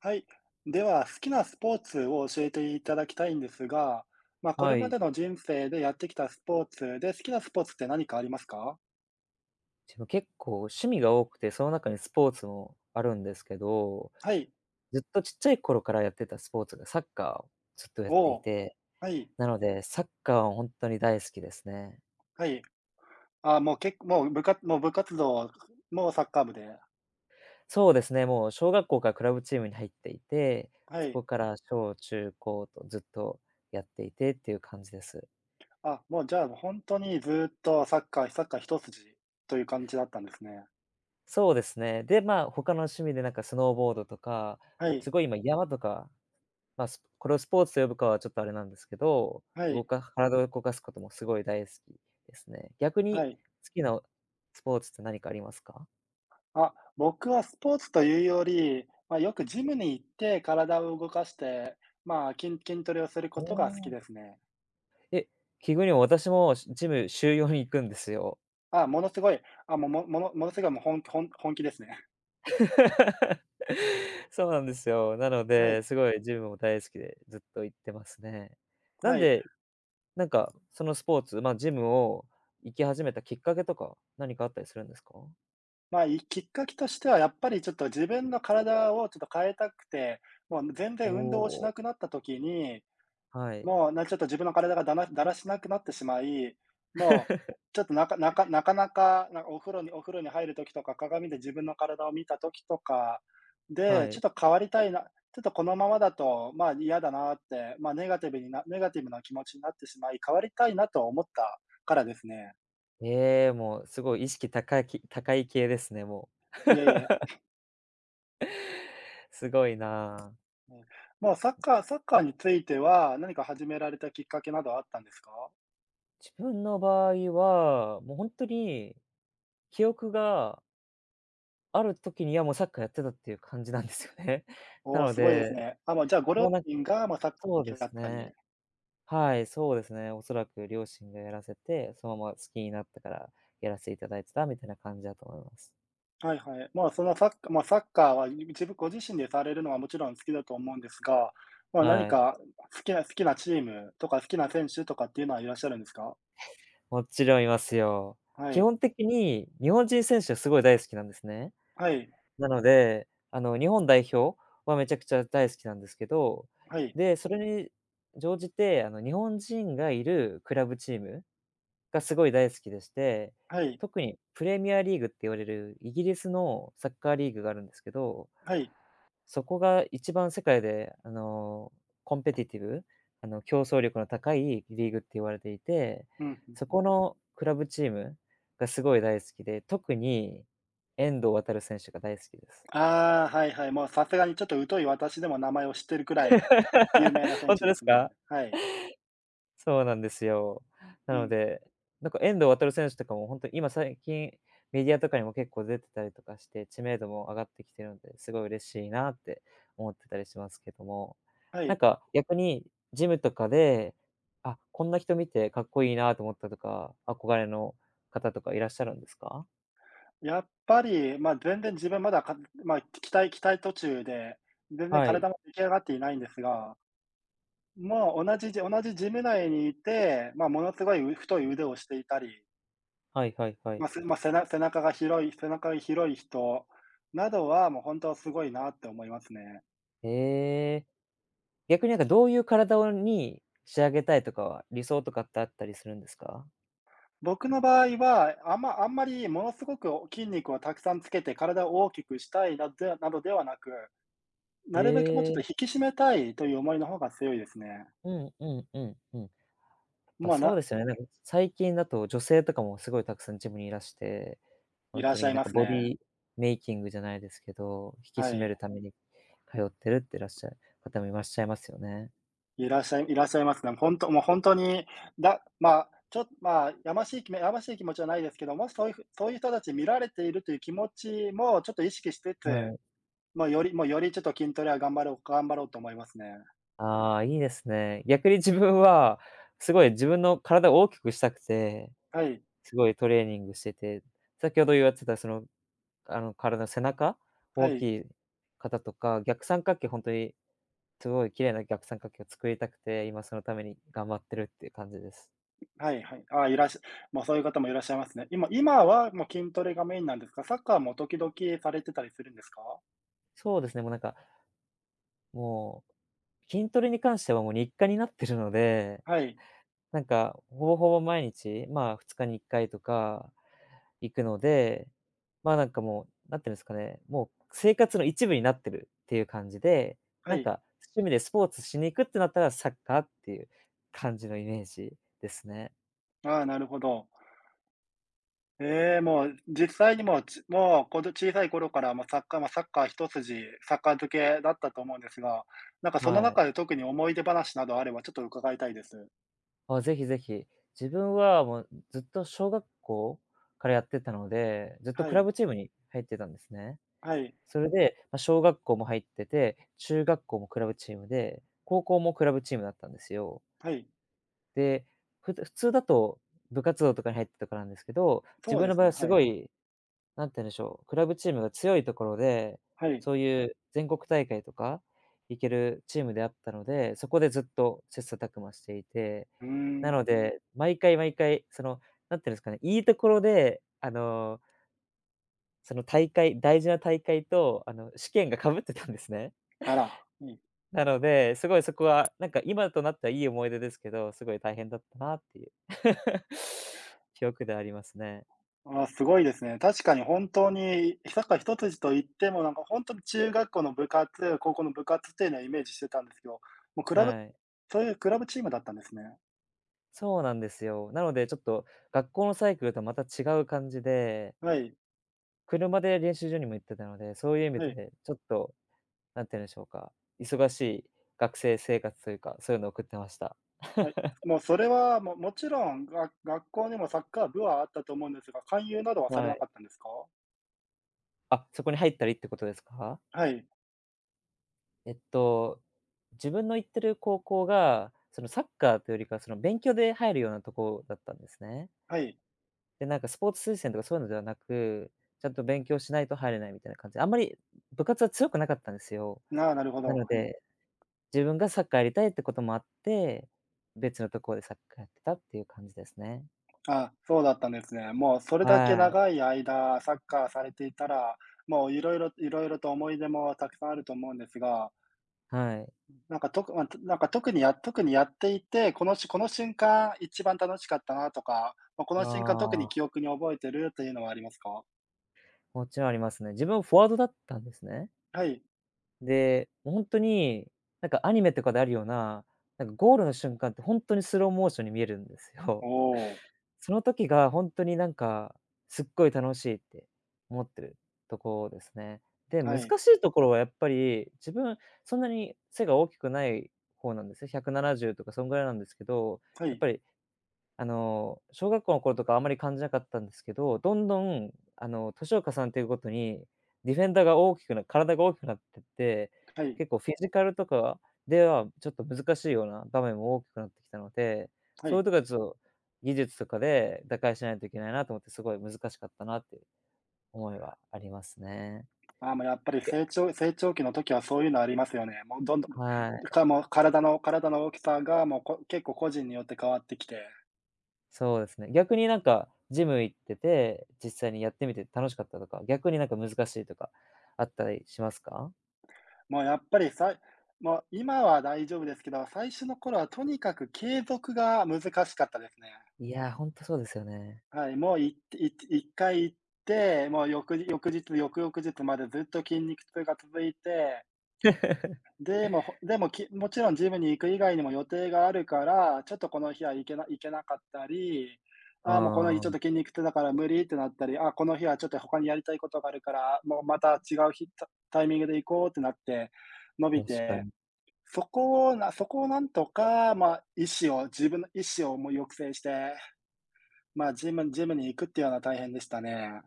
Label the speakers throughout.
Speaker 1: はい。では、好きなスポーツを教えていただきたいんですが、まあ、これ
Speaker 2: は
Speaker 1: ま
Speaker 2: い。
Speaker 1: での人生でやってきたスポーツで、好きなスポーツって何かありますか？
Speaker 2: 自分結構趣味が多くて、その中にスポーツもあるんですけど、
Speaker 1: はい。
Speaker 2: ずっとちっちゃい頃からやってたスポーツがサッカーをずっとやって
Speaker 1: お
Speaker 2: い
Speaker 1: お、
Speaker 2: て、
Speaker 1: はい、
Speaker 2: なので、サッカーはほんとに大好きですね。
Speaker 1: はい。あ、もうもう部活動もうサッカー部で、
Speaker 2: そうですね、もう小学校からクラブチームに入っていて、
Speaker 1: は
Speaker 2: そこ
Speaker 1: い。
Speaker 2: から小中高とずっとやっていてっていう感じです。
Speaker 1: あ、もうじゃあ、本当にずっとサッカー一筋という感じだったんですね。
Speaker 2: そうですね。で、まあ、他の趣味でなんかスノーボードとか、
Speaker 1: はい、
Speaker 2: すごい今山とか、まあ、これをスポーツと呼ぶかはちょっとあれなんですけど、
Speaker 1: はい、
Speaker 2: 体を動かすこともすごい大好きですね。逆に
Speaker 1: はい。
Speaker 2: 好きなスポーツって何かありますか？
Speaker 1: あ、僕はスポーツというより、まあ、よくジムに行って体を動かして、まあ、筋トレをする
Speaker 2: お
Speaker 1: ことが好き
Speaker 2: お。
Speaker 1: ですね。
Speaker 2: え、奇遇にも私もジム週4に行くんですよ。
Speaker 1: あ、ものすごい、あ、もうもものものすごいもう本ん本本気ですね。
Speaker 2: そうなんですよ。なの
Speaker 1: は
Speaker 2: で、
Speaker 1: い、
Speaker 2: すごいジムも大好きでずっと行ってますね。なん
Speaker 1: はい。
Speaker 2: で、なんかそのスポーツ、まあ、ジムを行き始めたきっかけとか、何かあったりするんですか？
Speaker 1: まあ、きっかけとしてはやっぱりちょっと自分の体をちょっと変えたくて、もう全
Speaker 2: お
Speaker 1: 然運動をし
Speaker 2: お、
Speaker 1: なくなった時に
Speaker 2: はい。
Speaker 1: もう、ちょっと自分の体がだらしなくなってしまい、もう、ちょっとなかなか、なんかお風呂に入る時とか、鏡で自分の体を見た時とかで、
Speaker 2: は
Speaker 1: ちょ
Speaker 2: い。
Speaker 1: っと変わりたいな、ちょっとこのままだと、まあ、嫌だなって、まあ、ネガティブな気持ちになってしまい、変わりたいなと思ったからですね。
Speaker 2: ええ、もうすごい意識高い系ですね、も
Speaker 1: いえいえ、
Speaker 2: う。すごいな。
Speaker 1: うん。もうサッカーについては、何か始められたきっかけなどはあったんですか？
Speaker 2: 自分の場合は、もうほんとに記憶がある時にはもうサッカーやってたっていう感じなんですよね。な
Speaker 1: おお、
Speaker 2: の
Speaker 1: すごいです
Speaker 2: で、
Speaker 1: ね。あ、もうじゃあご
Speaker 2: も
Speaker 1: 両
Speaker 2: うなん
Speaker 1: 親が、もうサッカー
Speaker 2: そうで
Speaker 1: 好きだ
Speaker 2: す
Speaker 1: った
Speaker 2: ね。
Speaker 1: り、
Speaker 2: はい、そうですね。おそらく両親がやらせて、そのまま好きになったからやらせていただいてたみたいな感じだと思います。
Speaker 1: はいはい。まあ、サッカーは、自分ご自身でされるのはもちろん好きだと思うんですが、まあ、何
Speaker 2: はい。
Speaker 1: か好きなチームとか好きな選手とかっていうのはいらっしゃるんですか？
Speaker 2: もちろんいますよ。
Speaker 1: は
Speaker 2: 基
Speaker 1: い。
Speaker 2: 本的に日本人選手はすごい大好きなんですね。
Speaker 1: はい。
Speaker 2: なので、あの、日本代表はめちゃくちゃ大好きなんですけど、
Speaker 1: はい。
Speaker 2: で、それに乗じて、あの、日本人がいるクラブチームがすごい大好きでして、
Speaker 1: はい。
Speaker 2: 特にプレミアリーグって言われるイギリスのサッカーリーグがあるんですけど、
Speaker 1: はい。
Speaker 2: そこが一番世界で、あの、コンペティティブ、あの、競争力の高いリーグって言われていて、
Speaker 1: うん、ふ
Speaker 2: そ
Speaker 1: ん。
Speaker 2: このクラブチームがすごい大好きで、特に遠藤航選手が大好きです。
Speaker 1: ああ、はいはいはいはいはい、うん、ん、ああ、はいはい、もうさすがにちょっと疎い私でも名前を知ってるくらい有名な 選
Speaker 2: ほん
Speaker 1: 手
Speaker 2: と
Speaker 1: で
Speaker 2: です
Speaker 1: すね。
Speaker 2: か？
Speaker 1: はい。
Speaker 2: そうなんですよ。な
Speaker 1: うん、
Speaker 2: の
Speaker 1: ん。
Speaker 2: で、なんか遠藤航選手とかもほんと今最近、メディアとかにも結構出てたりとかして、知名度も上がってきてるので、すごい嬉しいなって思ってたりしますけども。
Speaker 1: は
Speaker 2: なん
Speaker 1: い。
Speaker 2: か逆に、ジムとかで、あ、こんな人見てかっこいいなと思ったとか、憧れの方とかいらっしゃるんですか？
Speaker 1: やっぱり、ま、全然自分まだかま、あ期待途中で、全然
Speaker 2: はい。
Speaker 1: 体も出来上がっていないんですが、もう同じジム内にいて、まあ、ものすごい太い腕をしていたり、
Speaker 2: はいはいはい。
Speaker 1: まあ、すまあ、背な背中が広い背中が広い人などは、もう本当すごいなって思いますね。
Speaker 2: ええ、逆になんかどういう体に仕上げたいとかは、理想とかってあったりするんですか？
Speaker 1: 僕の場合は、あんまりものすごく筋肉をたくさんつけて体を大きくしたいなどではなく、
Speaker 2: へ
Speaker 1: なるべくもうちょっ
Speaker 2: え、
Speaker 1: と引き締めたいという思いの方が強いですね。
Speaker 2: うんうんうんうん。やっぱ
Speaker 1: もう
Speaker 2: そう
Speaker 1: な、
Speaker 2: ですよね、なんか最近だと女性とかもすごいたくさんジムにいらして、
Speaker 1: い
Speaker 2: ほん
Speaker 1: らっ
Speaker 2: と
Speaker 1: しゃ
Speaker 2: に
Speaker 1: い
Speaker 2: なん
Speaker 1: ま
Speaker 2: か
Speaker 1: す
Speaker 2: ボデ
Speaker 1: ね。
Speaker 2: ィメイキングじゃないですけど、引き
Speaker 1: は
Speaker 2: 締め
Speaker 1: い。
Speaker 2: るために通ってるってらっしゃる方もいらっしゃいますよね。
Speaker 1: いらっしゃいますね。本当もう本当に、まあ、ちょっとまあ、やましい気持ちはないですけど、もしそういうふそういう人たち見られているという気持ちもちょっと意識しつつ、
Speaker 2: はい。
Speaker 1: まあ、よりちょっと筋トレは頑張ろうと思いますね。
Speaker 2: ああ、いいですね。逆に自分は、すごい自分の体を大きくしたくて、
Speaker 1: はい、
Speaker 2: すごいトレーニングしてて、先ほど言われてたその、あの体の背中、
Speaker 1: は
Speaker 2: 大き
Speaker 1: い、
Speaker 2: い方とか、逆三角形、ほんとにすごい綺麗な逆三角形を作りたくて、今そのために頑張ってるっていう感じです。
Speaker 1: はいはい。ああ、いらっしゃもうそういう方もいらっしゃいますね。今はもう筋トレがメインなんですか？サッカーも時々されてたりするんですか？
Speaker 2: そうですね、もうなんか、もう、筋トレに関してはもう日課になってるので、
Speaker 1: はい、
Speaker 2: なんか、ほぼほぼ毎日、まあ2日に1回とか行くので、まあなんかもう、なんていうんですかね、もう生活の一部になってるっていう感じで、
Speaker 1: は
Speaker 2: なん
Speaker 1: い。
Speaker 2: か趣味でスポーツしに行くってなったらサッカーっていう感じのイメージですね。
Speaker 1: ああ、なるほど。ええ、もう実際にもう、ちもう、こど小さい頃からもうサッカー一筋、サッカー漬けだったと思うんですが、なんかその
Speaker 2: はい。
Speaker 1: 中で特に思い出話などあればちょっと伺いたいです。
Speaker 2: あ、ぜひぜひ。自分はもうずっと小学校からやってたので、ずっと
Speaker 1: は
Speaker 2: クラ
Speaker 1: い、
Speaker 2: ブチームに入ってたんですね。
Speaker 1: はい、
Speaker 2: それで、ま、小学校も入ってて、中学校もクラブチームで、高校もクラブチームだったんですよ。
Speaker 1: はい。
Speaker 2: で、普通だと部活動とかに入ってたからなんですけど、自
Speaker 1: そう
Speaker 2: 分
Speaker 1: で
Speaker 2: の
Speaker 1: す
Speaker 2: 場合は
Speaker 1: ね、
Speaker 2: す
Speaker 1: は
Speaker 2: ご
Speaker 1: い、
Speaker 2: いなんて言うんでしょう、クラブチームが強いところで、
Speaker 1: はい。
Speaker 2: そういう全国大会とか行けるチームであったので、そこでずっと切磋琢磨していて、
Speaker 1: うー
Speaker 2: な
Speaker 1: ん、
Speaker 2: ので、毎回毎回、その、なんていうんですかね、いいところで、あの、大事な大会と、あの、試験がかぶってたんですね。
Speaker 1: あら、うん。
Speaker 2: なので、すごいそこは、なんか今となってはいい思い出ですけど、すごい大変だったなっていう 記憶でありますね。
Speaker 1: ああ、すごいですね。確かに本当にサッカー一筋と言っても、なんかほんとに中学校の部活、高校の部活っていうのはイメージしてたんですけど、もうクラブ
Speaker 2: はい。
Speaker 1: そういうクラブチームだったんですね。
Speaker 2: そうなんですよ。なのでちょっと学校のサイクルとはまた違う感じで、
Speaker 1: はい、
Speaker 2: 車で練習場にも行ってたので、そういう意味
Speaker 1: はい。
Speaker 2: でちょっと、なんて言うんでしょうか、忙しい学生生活というか、そういうのを送ってました。
Speaker 1: はい、もうそれは、もうもちろん、学校にもサッカー部はあったと思うんですが、勧誘などはされ
Speaker 2: は
Speaker 1: な
Speaker 2: い。
Speaker 1: かったんですか？
Speaker 2: あ、そこに入ったりってことですか？
Speaker 1: はい、
Speaker 2: えっと、自分の行ってる高校が、そのサッカーというよりかその勉強で入るようなとこだったんですね。
Speaker 1: はい。
Speaker 2: で、なんかスポーツ推薦とかそういうのではなく、ちゃんと勉強しないと入れないみたいな感じで、あんまり部活は強くなかったんですよ。
Speaker 1: なあ、なるほ
Speaker 2: な
Speaker 1: ど、
Speaker 2: の
Speaker 1: はい。
Speaker 2: で、自分がサッカーやりたいってこともあって、別のところでサッカーやってたっていう感じですね。
Speaker 1: あ、そうだったんですね。もうそれだけ
Speaker 2: はい。
Speaker 1: 長い間、サッカーされていたら、もういろいろと思い出もたくさんあると思うんですが、
Speaker 2: はい。
Speaker 1: なんかとくま、なんか特にやっていて、この瞬間一番楽しかったなとか、まあ、この瞬間特
Speaker 2: あ
Speaker 1: に
Speaker 2: あ、
Speaker 1: 記憶に覚えてるというのはありますか？
Speaker 2: もちろんありますね。自分はフォワードだったんですね。
Speaker 1: はい。
Speaker 2: で、もうほんとに、なんかアニメとかであるような、なんかゴールの瞬間ってほんとにスローモーションに見えるんですよ。
Speaker 1: おお、
Speaker 2: その時がほんとになんか、すっごい楽しいって思ってるとこですね。で、
Speaker 1: は
Speaker 2: 難し
Speaker 1: い、
Speaker 2: いところはやっぱり、自分そんなに背が大きくない方なんですね。170とかそんぐらいなんですけど、
Speaker 1: は
Speaker 2: やっ
Speaker 1: い、
Speaker 2: ぱりあの、小学校の頃とかあんまり感じなかったんですけど、どんどん、あの、年を重ねていくごとに、ディフェンダーが大きくな体が大きくなってって、
Speaker 1: はい、
Speaker 2: 結構フィジカルとかではちょっと難しいような場面も大きくなってきたので、
Speaker 1: は
Speaker 2: そういう
Speaker 1: い。
Speaker 2: とこはちょっと技術とかで打開しないといけないなと思って、すごい難しかったなっていう思いはありますね。
Speaker 1: ああ、もうやっぱり
Speaker 2: え、
Speaker 1: 成長期の時はそういうのありますよね。もうどんどん、
Speaker 2: はい、
Speaker 1: もう体の大きさがもう結構個人によって変わってきて、
Speaker 2: そうですね。逆になんかジム行ってて、実際にやってみて楽しかったとか、逆になんか難しいとかあったりしますか？
Speaker 1: もうやっぱりさいもう今は大丈夫ですけど、最初の頃はとにかく継続が難しかったですね。
Speaker 2: いや、ほんとそうですよね。
Speaker 1: はい、もう1回行って、もう翌日、翌々日までずっと筋肉痛が続いて、 でも、もちろんジムに行く以外にも予定があるから、ちょっとこの日は行けなかったり、
Speaker 2: う
Speaker 1: ああ、もうこの日
Speaker 2: ー
Speaker 1: ちょっ
Speaker 2: ん、
Speaker 1: と筋肉痛だから無理ってなったり、ああ、この日はちょっと他にやりたいことがあるから、もうまた違う日、タイミングで行こうってなって伸
Speaker 2: 確
Speaker 1: び
Speaker 2: か
Speaker 1: て、
Speaker 2: に。
Speaker 1: そこをなんとか、まあ、意思を自分の意思をもう抑制して、まあ、ジムに行くっていうのは大変でしたね。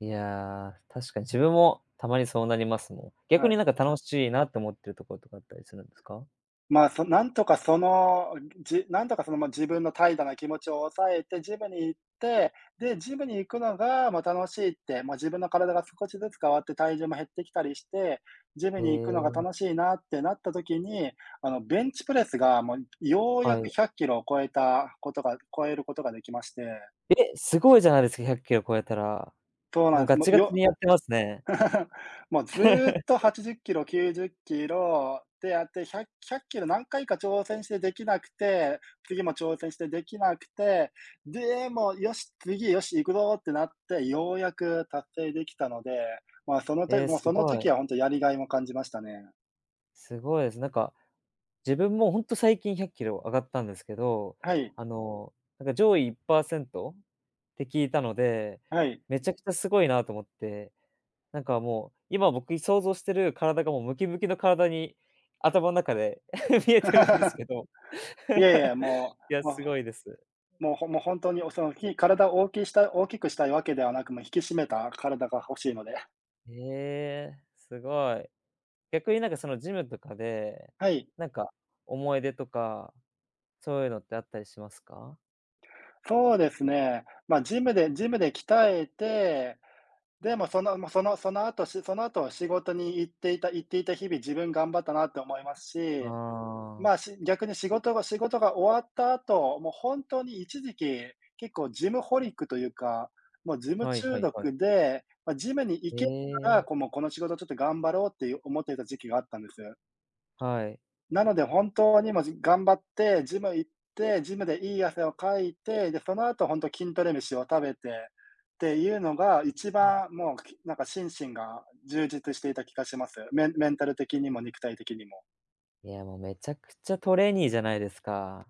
Speaker 2: いや、確かに自分もたまにそうなりますもん。逆
Speaker 1: は
Speaker 2: に
Speaker 1: い。
Speaker 2: なんか楽しいなって思ってるところとかあったりするんですか？
Speaker 1: まあ、そなんとかその、じなんとかその、ま、自分の怠惰な気持ちを抑えてジムに行って、で、ジムに行くのが、ま、楽しいって、ま、自分の体が少しずつ変わって体重も減ってきたりして、ジ
Speaker 2: へ
Speaker 1: ムに行くのが
Speaker 2: え、
Speaker 1: 楽しいなってなった時に、あの、ベンチプレスがもうようや
Speaker 2: は
Speaker 1: く
Speaker 2: い。
Speaker 1: 100キロを超えることができまして。
Speaker 2: え、すごいじゃないですか、100キロ超えたら。
Speaker 1: そう
Speaker 2: も
Speaker 1: な
Speaker 2: う
Speaker 1: んです。
Speaker 2: ガ
Speaker 1: も
Speaker 2: チ
Speaker 1: う
Speaker 2: ガチ
Speaker 1: よ
Speaker 2: にやってますね。
Speaker 1: もうずーっと 80キロ、90キロでやって、ひゃく、1 0 0キロ何回か挑戦してできなくて、次も挑戦してできなくて、でも、よし、次、よし、行くぞってなって、ようやく達成できたので、まあ、その
Speaker 2: え
Speaker 1: と
Speaker 2: え、
Speaker 1: もう
Speaker 2: す
Speaker 1: その
Speaker 2: ご
Speaker 1: 時
Speaker 2: い。
Speaker 1: は本当やりがいも感じましたね。
Speaker 2: すごいです。なんか、自分もほんと最近100キロ上がったんですけど、
Speaker 1: はい、
Speaker 2: あの、なんか上位1%って聞いたので、
Speaker 1: はい。
Speaker 2: めちゃくちゃすごいなと思って、なんかもう、今僕想像してる体がもうムキムキの体に、頭の中で 見えてる んですけど。
Speaker 1: いえいえ、
Speaker 2: いや、すごいです。
Speaker 1: もう本当に、その、ひ体を大きした大きくしたいわけではなく、もう引き締めた体が欲しいので。
Speaker 2: へえ、すごい。逆になんかそのジムとかで、
Speaker 1: はい。
Speaker 2: なんか思い出とか、そういうのってあったりしますか？
Speaker 1: そうですね。まあ、ジムで鍛えて、でもそのもうそのその後その後仕事に行っていた日々、自分頑張ったなって思いますし、
Speaker 2: あ
Speaker 1: まあ、
Speaker 2: あ
Speaker 1: 逆に仕事が終わった後、もう本当に一時期、結構ジムホリックというか、もうジ
Speaker 2: ー、
Speaker 1: ム
Speaker 2: はいは
Speaker 1: 中
Speaker 2: いはい。
Speaker 1: 毒で、まあ、ジムに行
Speaker 2: え
Speaker 1: けたら、
Speaker 2: え、
Speaker 1: こうもうこの仕事ちょっと頑張ろうっていう思っていた時期があったんです。
Speaker 2: はい。
Speaker 1: なので本当にもうじ頑張って、ジム行って、ジムでいい汗をかいて、で、その後本当筋トレ飯を食べてっていうのが、一番もう、きなんか心身が充実していた気がします。メンタル的にも肉体的にも。
Speaker 2: いや、もうめちゃくちゃトレーニーじゃないですか。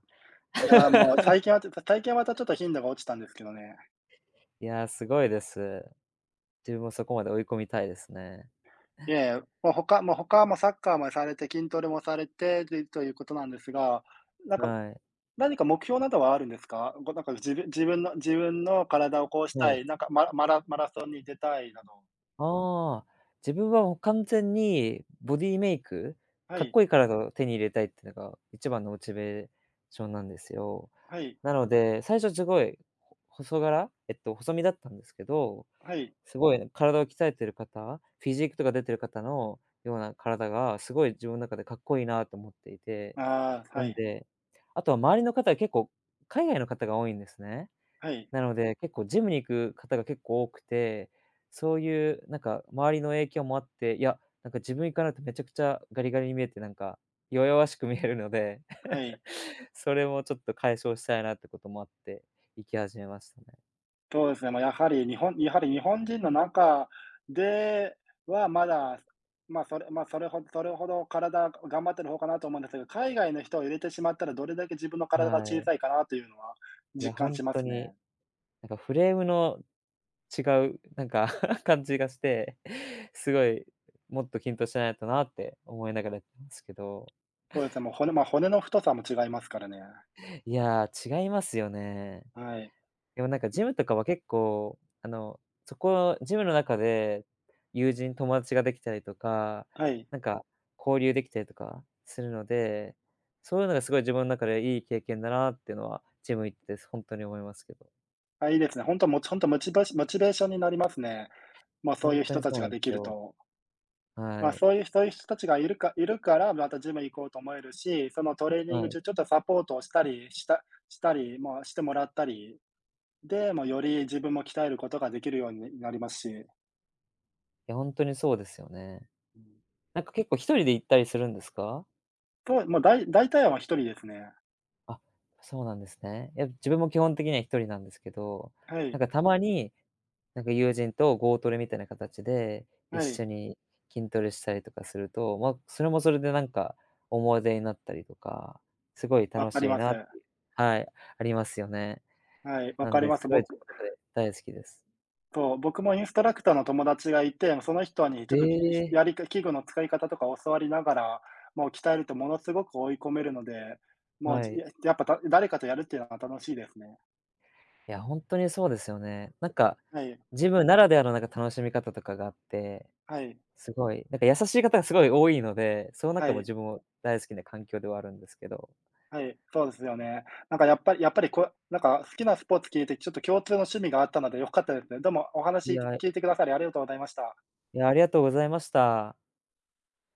Speaker 1: いや、もう最近はちょっと最近はまたちょっと頻度が落ちたんですけどね。
Speaker 2: いや、すごいです。自分もそこまで追い込みたいですね。
Speaker 1: いえいえ、もう他もサッカーもされて、筋トレもされてということなんですが、なんか
Speaker 2: はい。
Speaker 1: 何か目標などはあるんですか？なんか自分の体をこうし
Speaker 2: は
Speaker 1: た
Speaker 2: い。
Speaker 1: い、なんかマラソンに出たいなど。
Speaker 2: ああ、自分はもう完全にボディメイク、
Speaker 1: は
Speaker 2: かっ
Speaker 1: い、
Speaker 2: こいい体を手に入れたいっていうのが一番のモチベーションなんですよ。
Speaker 1: はい、
Speaker 2: なので、最初すごい、ほ細柄えっと、細身だったんですけど、
Speaker 1: はい。
Speaker 2: すごい体を鍛えてる方、フィジークとか出てる方のような体がすごい自分の中でかっこいいなと思っていて、
Speaker 1: ああ、
Speaker 2: な
Speaker 1: は
Speaker 2: ん
Speaker 1: い、
Speaker 2: で、あとは周りの方は結構海外の方が多いんですね。
Speaker 1: はい、
Speaker 2: なので、結構ジムに行く方が結構多くて、そういうなんか周りの影響もあって、いや、なんか自分行かないとめちゃくちゃガリガリに見えて、なんか弱々しく見えるので、
Speaker 1: はい。
Speaker 2: それもちょっと解消したいなってこともあって、行き始めましたね。
Speaker 1: そうですね、まあ、やはり日本人の中では、まだ、ま、それほど体が頑張ってる方かなと思うんですけど、海外の人を入れてしまったら、どれだけ自分の
Speaker 2: は
Speaker 1: 体が小さ
Speaker 2: い。
Speaker 1: いかなというのは
Speaker 2: いや、
Speaker 1: 実感
Speaker 2: 本
Speaker 1: しま
Speaker 2: 当
Speaker 1: す
Speaker 2: に、
Speaker 1: ね。
Speaker 2: なんかフレームの違う、なんか 感じがして、すごい、もっと均等しないとなって思いながらやってますけど。
Speaker 1: そうですね、もう骨まあ、骨の太さも違いますからね。
Speaker 2: いやー、違いますよね。
Speaker 1: はい、
Speaker 2: でもなんかジムとかは結構、あの、そこジムの中で友人、友達ができたりとか、
Speaker 1: はい。
Speaker 2: なんか交流できたりとかするので、そういうのがすごい自分の中でいい経験だなっていうのは、ジム行ってほんとに思いますけど。
Speaker 1: あ、いいですね。本当もちほんとモチベーションになりますね。まあ、そ
Speaker 2: ほ
Speaker 1: う
Speaker 2: ん
Speaker 1: いう
Speaker 2: と
Speaker 1: 人
Speaker 2: に
Speaker 1: た
Speaker 2: そう
Speaker 1: ち
Speaker 2: な
Speaker 1: が
Speaker 2: んで
Speaker 1: でき
Speaker 2: す
Speaker 1: る
Speaker 2: よ。
Speaker 1: と。まあ、
Speaker 2: はい。
Speaker 1: そういう人たちがいるから、またジム行こうと思えるし、そのトレーニン
Speaker 2: は
Speaker 1: グ
Speaker 2: い。
Speaker 1: 中ちょっとサポートをしたり、まあ、してもらったり、で、ま、より自分も鍛えることができるようになりますし。
Speaker 2: いや、ほんとにそうですよね。
Speaker 1: うん。
Speaker 2: なんか結構一人で行ったりするんですか？
Speaker 1: そう、もうだい大体は1人ですね。
Speaker 2: あ、そうなんですね。いや、自分も基本的には一人なんですけど、
Speaker 1: は
Speaker 2: なん
Speaker 1: い、
Speaker 2: かたまに、なんか友人とゴートレみたいな形で、一
Speaker 1: は
Speaker 2: 緒
Speaker 1: い、
Speaker 2: に筋トレしたりとかすると、ま、それもそれでなんか、思い出になったりとか、すごい
Speaker 1: わ
Speaker 2: 楽
Speaker 1: か
Speaker 2: し
Speaker 1: り
Speaker 2: い
Speaker 1: ます。
Speaker 2: なっていうはい、ありますよね。
Speaker 1: はい、わ
Speaker 2: なん
Speaker 1: かり
Speaker 2: で、
Speaker 1: ま
Speaker 2: す
Speaker 1: す。
Speaker 2: ごい自分の中で大好きです。
Speaker 1: 僕もインストラクターの友達がいて、その人にち
Speaker 2: え
Speaker 1: ょっと
Speaker 2: え、
Speaker 1: やりか器具の使い方とか教わりながら、もう鍛えるとものすごく追い込めるので、もう、
Speaker 2: は
Speaker 1: じ
Speaker 2: い。
Speaker 1: ややっぱ、誰かとやるっていうのは楽しいですね。
Speaker 2: いや、ほんとにそうですよね。なんか、
Speaker 1: はい、
Speaker 2: ジムならではのなんか楽しみ方とかがあって
Speaker 1: はい、
Speaker 2: すごい、なんか優しい方がすごい多いので、その
Speaker 1: は
Speaker 2: 中も
Speaker 1: い、
Speaker 2: 自分も大好きな環境ではあるんですけど。
Speaker 1: はい、そうですよね。なんかやっぱりなんか好きなスポーツ聞いて、ちょっと共通の趣味があったので良かったですね。どうもお
Speaker 2: い
Speaker 1: 話
Speaker 2: や、
Speaker 1: 聞いてくださりありがとうございました。
Speaker 2: いや、ありがとうございました。